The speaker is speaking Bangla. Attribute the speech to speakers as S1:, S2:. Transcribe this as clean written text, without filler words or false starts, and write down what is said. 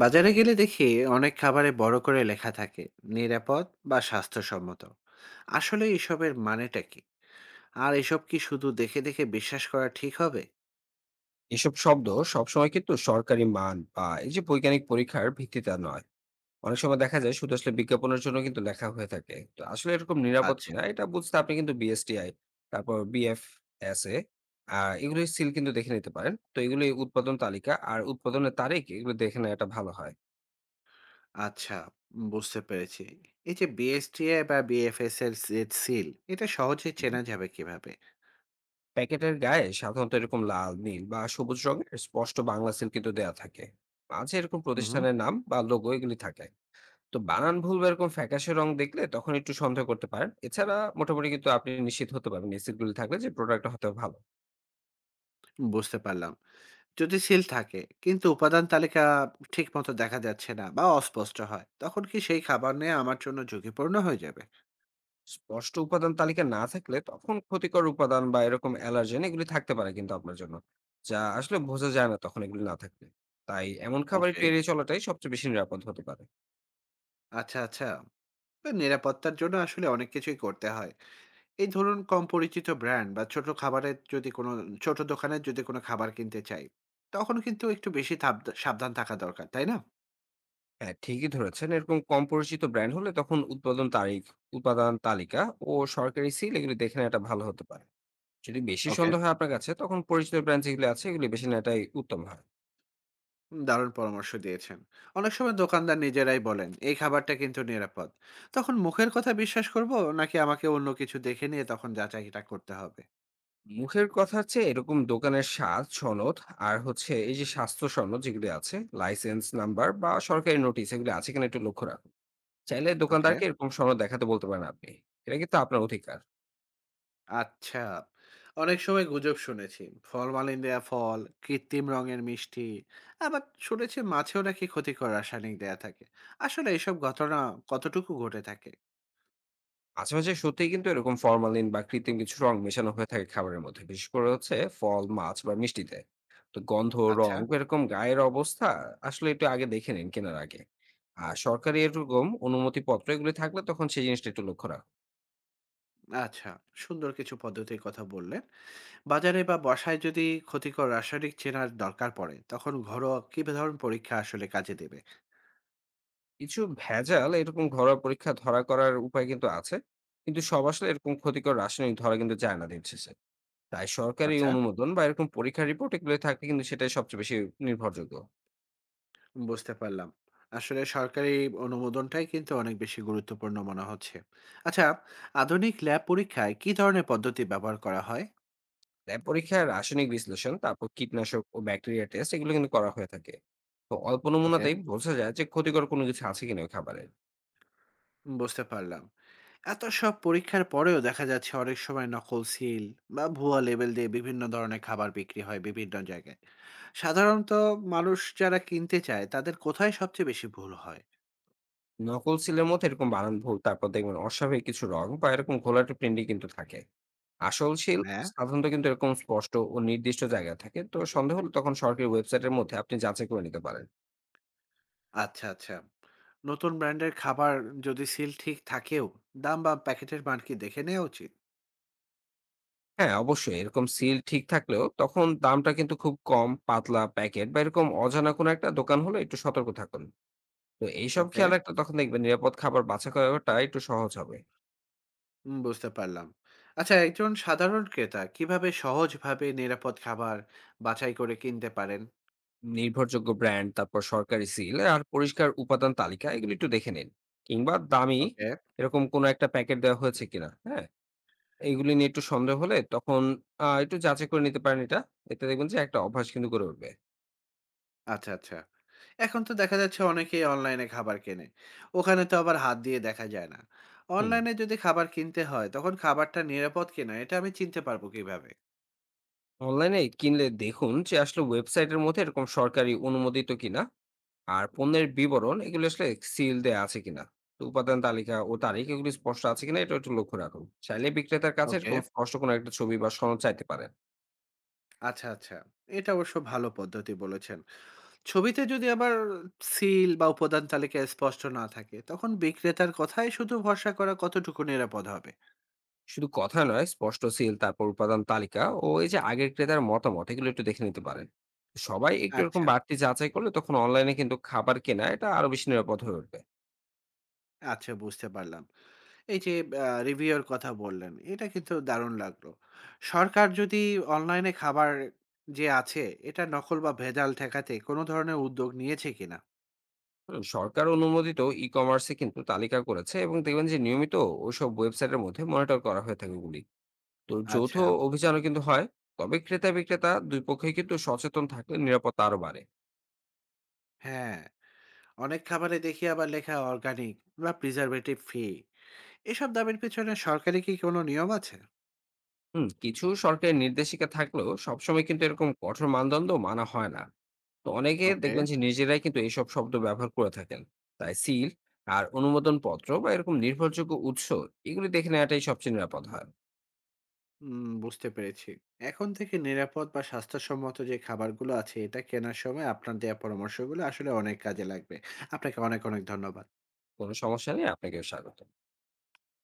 S1: বাজারে গেলে দেখি অনেক খাবারে বড় করে লেখা থাকে নিরাপদ বা স্বাস্থ্যসম্মত, আসলে এসবের মানেটা কি? আর এসব কি শুধু দেখে দেখে বিশ্বাস করা ঠিক হবে?
S2: এসব শব্দ সবসময় কিন্তু সরকারি মান বা এই যে বৈজ্ঞানিক পরীক্ষার ভিত্তিতে নয়। অনেক সময় দেখা যায় শুধু আসলে বিজ্ঞাপনের জন্য কিন্তু লেখা হয়ে থাকে, তো আসলে এরকম নিরাপদ
S1: আচ্ছা,
S2: কিনা এটা বুঝতে আপনি কিন্তু বিএসটিআই, তারপর বিএফএসএ আর এগুলো সিল কিন্তু দেখে নিতে পারেন। তো এগুলো উৎপাদন তালিকা আর উৎপাদনের তারিখ এগুলো দেখে নেওয়াটা ভালো হয়।
S1: আচ্ছা, বুঝতে পেরেছি। এই যে বিএসটিআই বা বিএফএস এর যে সিল, এটা সহজে
S2: হুম।
S1: চেনা যাবে কিভাবে?
S2: প্যাকেটের গায়ে সাধারণত এরকম লাল নীল বা সবুজ রঙের স্পষ্ট বাংলা সিল কিন্তু দেওয়া থাকে। মাঝে এরকম
S1: হুম,
S2: প্রতিষ্ঠানের নাম বা লোগো এগুলি থাকে। তো বানান ভুল বা এরকম ফ্যাকাশে রং দেখলে তখন একটু সন্দেহ করতে পারেন, এছাড়া মোটামুটি কিন্তু আপনি নিশ্চিত হতে পারবেন এসিডগুলি থাকলে যে প্রোডাক্টটা হতে ভালো।
S1: বুঝতে পারলাম। যদি সিল থাকে কিন্তু উপাদান তালিকা ঠিক মতো দেখা যাচ্ছে না বা অস্পষ্ট হয়, তখন কি সেই খাবার নিয়ে আমার জন্য ঝুঁকিপূর্ণ হয়ে যাবে?
S2: স্পষ্ট উপাদান তালিকা না থাকলে তখন ক্ষতিকর উপাদান বা এরকম অ্যালার্জেন এগুলি থাকতে পারে কিন্তু আপনার জন্য, যা আসলে বোঝা যায় না তখন এগুলি না থাকলে। তাই এমন খাবার একটু
S1: ওকে,
S2: এড়িয়ে চলাটাই সবচেয়ে বেশি নিরাপদ হতে পারে।
S1: আচ্ছা, আচ্ছা। তো নিরাপত্তার জন্য আসলে অনেক কিছুই করতে হয়। এই ধরুন কম পরিচিত ব্র্যান্ড বা ছোট খাবারের যদি কোনো ছোট দোকানের যদি কোনো খাবার কিনতে চাই, তখন কিন্তু একটু বেশি সাবধান থাকা দরকার, তাই না?
S2: হ্যাঁ ঠিকই ধরেছেন, এরকম কম পরিচিত ব্র্যান্ড হলে তখন উৎপাদন তারিখ, উপাদান তালিকা ও সরকারি সিল এগুলি দেখে নেওয়াটা ভালো হতে পারে। যদি বেশি
S1: ওকে,
S2: সন্দেহ হয় আপনার কাছে তখন পরিচিত ব্র্যান্ড যেগুলো আছে এগুলি বেশি নেওয়াটাই উত্তম হয়।
S1: দারুণ পরামর্শ দিয়েছেন। অনেক সময় দোকানদার নিজেরাই বলেন এই খাবারটা কিন্তু নিরাপদ, তখন মুখের কথা বিশ্বাস করব নাকি আমাকে অন্য কিছু দেখে নিয়ে তখন যাচাইটা করতে হবে?
S2: মুখের কথা হচ্ছে এরকম দোকানের স্বাদ সনদ, আর হচ্ছে এই যে স্বাস্থ্য সনদ যেগুলি আছে, লাইসেন্স নাম্বার বা সরকারি নোটিশ এগুলি আছে কিনা একটু লক্ষ্য রাখুন। চাইলে
S1: ওকে,
S2: দোকানদারকে এরকম সনদ দেখাতে বলতে পারেন আপনি। এটা কিন্তু আপনার অধিকার।
S1: আচ্ছা। অনেক সময় গুজব শুনেছি। ফরমালিন দেয়া ফল, কৃত্রিম রঙের মিষ্টি, আবার শুনেছি মাছেও নাকি ক্ষতিকর রাসায়নিক দেয়া থাকে। আসলে এসব ঘটনা কতটুকু ঘটে থাকে?
S2: মাঝে, মাঝে সত্যিই কিন্তু এরকম ফরমালিন বা কৃত্রিম কিছু রং মেশানো হয়ে থাকে খাবারের মধ্যে। বিশেষ করে হচ্ছে ফল, মাছ বা মিষ্টিতে। তো গন্ধ,
S1: আচ্ছা,
S2: রং এরকম গায়ের অবস্থা আসলে একটু আগে দেখে নিন কেনার আগে। আর সরকারি এরকম অনুমতিপত্র এগুলি থাকলে তখন সেই জিনিসটা একটু লক্ষ্য রাখুন।
S1: আচ্ছা। সুন্দর কিছু পদ্ধতির কথা বললেন। বাজারে বা বাসায় যদি ক্ষতিকর রাসায়নিক চেনার দরকার পড়ে, তখন ঘরোয়া কি ধরনের পরীক্ষা আসলে কাজে দেবে?
S2: কিছু ভেজাল এরকম ঘরোয়া পরীক্ষা ধরা করার উপায় কিন্তু আছে। কিন্তু সব আসলে এরকম ক্ষতিকর রাসায়নিক ধরা কিন্তু যায় না দিন শেষে। তাই সরকারি
S1: আচ্ছা,
S2: অনুমোদন বা এরকম পরীক্ষার রিপোর্ট এগুলো থাকলে কিন্তু সেটাই সবচেয়ে বেশি নির্ভরযোগ্য।
S1: বুঝতে পারলাম। আসলে সরকারি অনুমোদনটাই কিন্তু অনেক বেশি গুরুত্বপূর্ণ মনে হচ্ছে। আচ্ছা, আধুনিক ল্যাব পরীক্ষায় কি ধরনের পদ্ধতি ব্যবহার করা হয়?
S2: ল্যাব পরীক্ষায় রাসায়নিক বিশ্লেষণ, তারপর কীটনাশক ও ব্যাকটেরিয়া টেস্ট এগুলো কিন্তু করা হয়ে থাকে। তো অল্প
S1: ওকে,
S2: নমুনাতেই বোঝা যায় যে ক্ষতিকর কোনো কিছু আছে কিনা ওই খাবারে।
S1: বুঝতে পারলাম। এত সব পরীক্ষার পরেও দেখা যাচ্ছে অনেক সময় নকল সিল বা ভুয়া লেবেল দিয়ে বিভিন্ন ধরনের খাবার বিক্রি হয় বিভিন্ন জায়গায়। সাধারণত মানুষ যারা কিনতে চায় তাদের কোথায় সবচেয়ে বেশি ভুল হয়?
S2: নকল সিলের মধ্যে এরকম বানান ভুল, তারপর দেখবেন অস্বাভাবিক কিছু রং বা এরকম ঘোলাটে প্রিন্টিং কিন্তু থাকে। আসল সিল
S1: হ্যাঁ,
S2: সাধারণত কিন্তু এরকম স্পষ্ট ও নির্দিষ্ট জায়গায় থাকে, তো সন্দেহ হলে তখন সরকারি ওয়েবসাইটের মধ্যে আপনি যাচাই করে নিতে পারেন।
S1: আচ্ছা, আচ্ছা। নতুন ব্র্যান্ডের খাবার যদি সিল ঠিক থাকেও, দাম বা প্যাকেটের মান কি দেখে নেওয়া উচিত?
S2: হ্যাঁ অবশ্যই, এরকম সিল ঠিক থাকলেও তখন দামটা কিন্তু খুব কম, পাতলা প্যাকেট বা এরকম অজানা কোনো একটা দোকান হলে একটু সতর্ক থাকুন। তো এইসব
S1: ওকে,
S2: খেয়াল রাখলে তখন দেখবেন নিরাপদ খাবার বাছাই করাটা একটু সহজ হবে।
S1: বুঝতে পারলাম। আচ্ছা, একজন সাধারণ ক্রেতা কিভাবে সহজভাবে নিরাপদ খাবার বাছাই করে কিনতে পারেন?
S2: নির্ভরযোগ্য ব্র্যান্ড, তারপর সরকারি সিল আর পরিষ্কার উপাদান তালিকা এগুলো একটু দেখে নিন। কিংবা দামি
S1: ওকে,
S2: এরকম কোনো একটা প্যাকেট দেওয়া হয়েছে কিনা, হ্যাঁ? এগুলি নিয়ে একটু সন্দেহ হলে তখন একটু যাচাই করে নিতে পারেন এটা। এতে দেখবেন যে একটা অভ্যাস কিন্তু গড়ে উঠবে।
S1: আচ্ছা, আচ্ছা। এখন তো দেখা যাচ্ছে অনেকেই অনলাইনে খাবার কেনে। ওখানে তো আবার হাত দিয়ে দেখা যায় না।
S2: হুম।
S1: অনলাইনে যদি খাবার কিনতে হয় তখন খাবারটা নিরাপদ কিনা এটা আমি চিনতে পারবো কিভাবে?
S2: অনলাইনে কিনলে দেখুন যে আসলে ওয়েবসাইটের মধ্যে এরকম সরকারি অনুমোদিত কিনা। আর পণ্যের বিবরণ এগুলো আসলে সিল দেয়া আছে কিনা, তো উপাদান তালিকা ও তারিখ এগুলি স্পষ্ট আছে কিনা এটা একটু লক্ষ্য রাখুন। চাইলে বিক্রেতার কাছে
S1: ওকে,
S2: এরকম স্পষ্ট কোনো একটা ছবি বা সনদ চাইতে পারেন।
S1: আচ্ছা, আচ্ছা। এটা অবশ্য ভালো পদ্ধতি বলেছেন। ছবিতে যদি আবার সিল বা উপাদান তালিকা স্পষ্ট না থাকে, তখন বিক্রেতার কথায় শুধু ভরসা করা কতটুকু নিরাপদ হবে?
S2: শুধু কথা নয়, স্পষ্ট সিল, তারপর উপাদান তালিকা ও এই যে আগের ক্রেতার মতামত এগুলো একটু দেখে নিতে পারেন। সবাই একটু এরকম
S1: আচ্ছা,
S2: বাড়তি যাচাই করলে তখন অনলাইনে কিন্তু খাবার কেনা এটা আরো বেশি নিরাপদ হয়ে উঠবে।
S1: আচ্ছা, বুঝতে পারলাম। এই যে রিভিউ এর কথা বললেন, এটা কিন্তু দারুণ লাগলো। সরকার যদি অনলাইনে খাবার যে আছে, এটা নকল বা ভেজাল ঠেকাতে কোনো ধরনের উদ্যোগ নিয়েছে কিনা?
S2: সরকার অনুমোদিত ই কমার্সে কিন্তু তালিকা করেছে, এবং দেখবেন যে নিয়মিত ওইসব ওয়েবসাইটের মধ্যে মনিটর করা হয়ে থাকে ওগুলি। তো যৌথ
S1: আচ্ছা,
S2: অভিযানও কিন্তু হয়। তবে ক্রেতা বিক্রেতা দুই পক্ষই কিন্তু সচেতন থাকলে নিরাপত্তা আরো বাড়ে।
S1: হ্যাঁ। অনেক খাবারে দেখি আবার লেখা অর্গানিক বা প্রিজারভেটিভ ফ্রি। এসব দামের পেছনে সরকারি কি কোনো নিয়ম আছে?
S2: কিছু সরকারি নির্দেশিকা থাকলেও সবসময় কিন্তু এরকম কঠোর মানদণ্ড মানা হয় না। তো অনেকে
S1: ওকে,
S2: দেখবেন যে নিজেরাই কিন্তু এইসব শব্দ ব্যবহার করে থাকেন। তাই সিল আর অনুমোদন পত্র বা এরকম নির্ভরযোগ্য উৎস এগুলি দেখে নেওয়াটাই সবচেয়ে নিরাপদ হয়।
S1: বুঝতে পেরেছি। এখন থেকে নিরাপদ বা স্বাস্থ্যসম্মত যে খাবারগুলো আছে, এটা কেনার সময় আপনার দেয়া পরামর্শগুলো আসলে অনেক কাজে লাগবে। আপনাকে অনেক, অনেক ধন্যবাদ।
S2: কোনো সমস্যা নেই, আপনাকেও স্বাগত।